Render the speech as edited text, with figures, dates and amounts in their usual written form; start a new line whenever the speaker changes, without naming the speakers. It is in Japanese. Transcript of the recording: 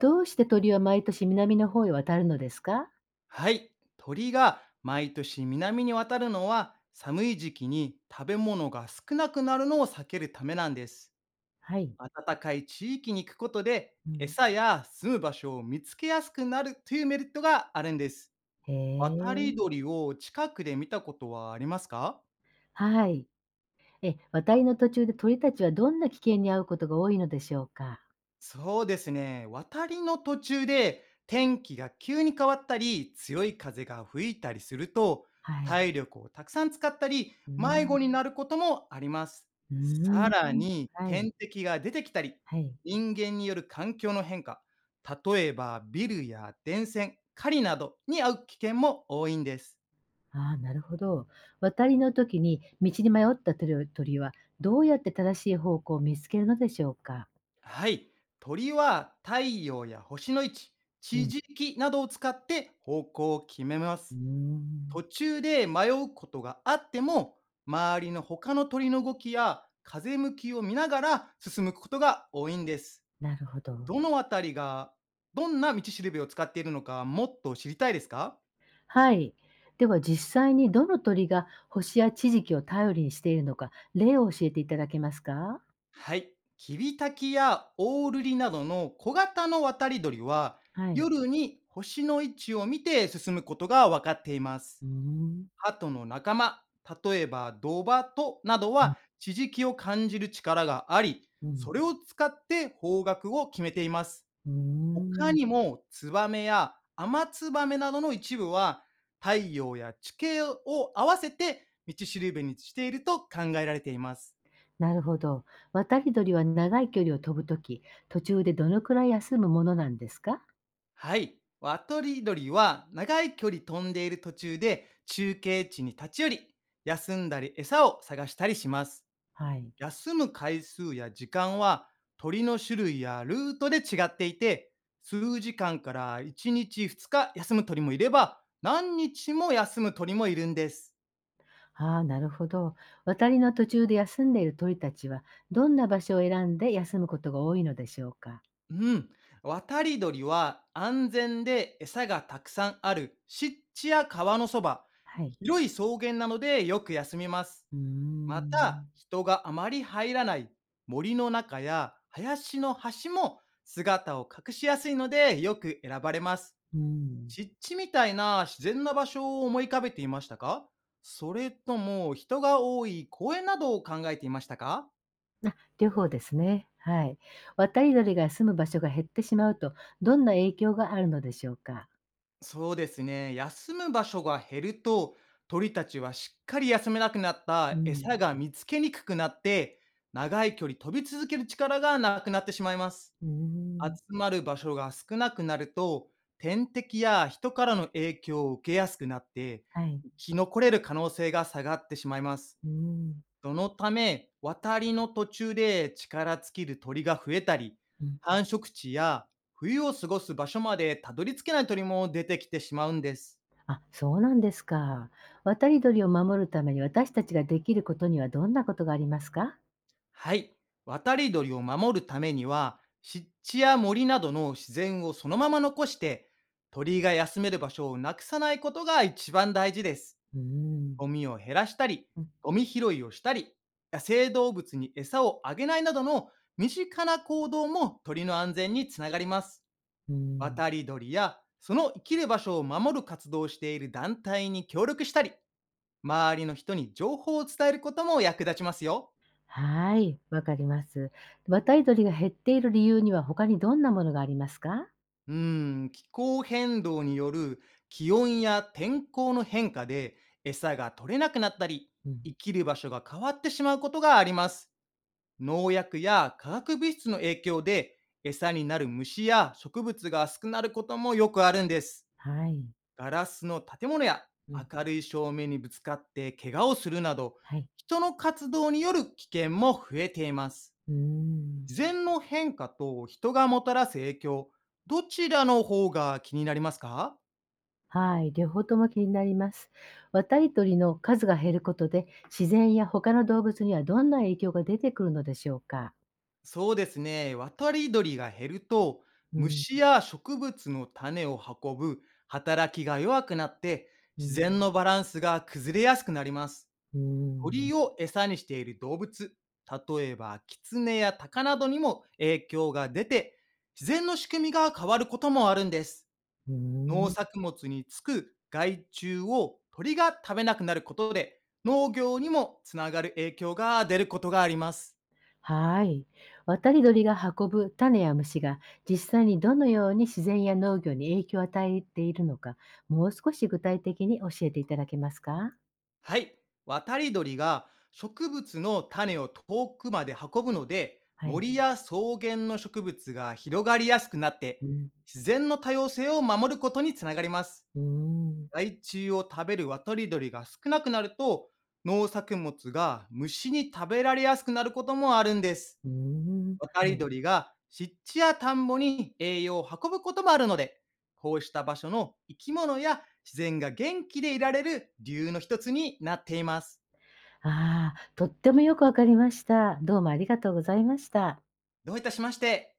どうして鳥は毎年南の方へ渡るのですか？
はい。鳥が毎年南に渡るのは寒い時期に食べ物が少なくなるのを避けるためなんです。
はい。
暖かい地域に行くことで
うん。
餌や住む場所を見つけやすくなるというメリットがあるんです。
へ
渡
え。
り鳥を近くで見たことはありますか？
はい。え、渡りの途中で鳥たちはどんな危険に遭うことが多いのでしょうか？
そうですね。渡りの途中で天気が急に変わったり、強い風が吹いたりすると、
はい。
体力をたくさん使ったり、
うー
迷子に
ん。
なることもあります。
うー
さ
ん。
らに、
はい。
天敵が出てきたり、
はい。
人間による環境の変化、例えばビルや電線、狩りなどに遭う危険も多いんです。
ああ、なるほど。渡りの時に道に迷った鳥は、どうやって正しい方向を見つけるのでしょうか？
はい。鳥は太陽や星の位置、
う
地
ん。
磁気などを使って方向を決めま
うー
す。途
ん、
中で迷うことがあっても、周りの他の鳥の動きや風向きを見ながら進むことが多いんです。
なるほど。
どのあたりが、どんな道しるべを使っているのかもっと知りたいですか？
はい。では実際にどの鳥が星や地磁気を頼りにしているのか、例を教えていただけますか？
はい。キビタキやオオルリなどの小型の渡り鳥は、
はい。
夜に星の位置を見て進むことが分かっていま
う
す。
ーん、
鳩の仲間、例えばドバトなど
うん、
は地磁気を感じる力があり、
う
そ
ん、
れを使って方角を決めています。
うー
他
ん。
にもツバメやアマツバメなどの一部は太陽や地形を合わせて道しるべにしていると考えられています。
なるほど。渡り鳥は長い距離を飛ぶとき、途中でどのくらい休むものなんですか？
はい。ワトリドリは長い距離飛んでいる途中で中継地に立ち寄り、休んだり餌を探したりします。
はい。
休む回数や時間は鳥の種類やルートで違っていて、数時間から1日2日休む鳥もいれば、何日も休む鳥もいるんです。
ああ、なるほど。渡りの途中で休んでいる鳥たちは、どんな場所を選んで休むことが多いのでしょうか？
うん。渡り鳥は安全で餌がたくさんある湿地や川のそば、
はい。
広い草原なのでよく休みます。
うー
また、
ん、
人があまり入らない森の中や林の端も姿を隠しやすいのでよく選ばれます。
うん。
湿地みたいな自然な場所を思い浮かべていましたか？それとも人が多い公園などを考えていましたか？
あ、両方ですね。はい。渡り鳥が住む場所が減ってしまうと、どんな影響があるのでしょうか？
そうですね。休む場所が減ると鳥たちはしっかり休めなくなっ
う
た餌
ん。
が見つけにくくなって長い距離飛び続ける力がなくなってしまいます。
うー
集
ん。
まる場所が少なくなると天敵や人からの影響を受けやすくなって
はい。
生き残れる可能性が下がってしまいます。
うーん。
そのため、渡りの途中で力尽きる鳥が増えたり、
うん。
繁殖地や冬を過ごす場所までたどり着けない鳥も出てきてしまうんです。
あ、そうなんですか。渡り鳥を守るために私たちができることにはどんなことがありますか？
はい。渡り鳥を守るためには、湿地や森などの自然をそのまま残して、鳥が休める場所をなくさないことが一番大事です。
うーん。
ゴミを減らしたり、
うん、
ゴミ拾いをしたり、野生動物に餌をあげないなどの身近な行動も鳥の安全につながります。
うーん。
渡り鳥やその生きる場所を守る活動をしている団体に協力したり、周りの人に情報を伝えることも役立ちますよ。
はい、わかります。渡り鳥が減っている理由には他にどんなものがありますか？
うー気候変動による気温や天候の変化で餌が取れなくなったり、
うん。
生きる場所が変わってしまうことがあります。農薬や化学物質の影響で餌になる虫や植物が少なくなることもよくあるんです。
はい。
ガラスの建物や
うん。
明るい照明にぶつかって怪我をするなど、
はい。
人の活動による危険も増えています。
うーん。
自然の変化と人がもたらす影響、どちらの方が気になりますか？
はい、両方とも気になります。渡り鳥の数が減ることで、自然や他の動物にはどんな影響が出てくるのでしょうか。
そうですね、渡り鳥が減ると、
うん、
虫や植物の種を運ぶ働きが弱くなって、
う
自
ん、
然のバランスが崩れやすくなります。
うーん、
鳥を餌にしている動物、例えばキツネやタカなどにも影響が出て、自然の仕組みが変わることもあるんです。
うー
農
ん。
作物につく害虫を鳥が食べなくなることで、農業にもつながる影響が出ることがあります。
はい。渡り鳥が運ぶ種や虫が実際にどのように自然や農業に影響を与えているのか、もう少し具体的に教えていただけますか。
はい。渡り鳥が植物の種を遠くまで運ぶので、
はい。
森や草原の植物が広がりやすくなっ
う
て、
ん、
自然の多様性を守ることにつながります。
うーん、
害虫を食べる渡り鳥が少なくなると、農作物が虫に食べられやすくなることもあるんです。
うーん。
渡
は
り
い。
鳥が湿地や田んぼに栄養を運ぶこともあるので、こうした場所の生き物や自然が元気でいられる理由の一つになっています。
ああ、とってもよくわかりました。どうもありがとうございました。
どういたしまして。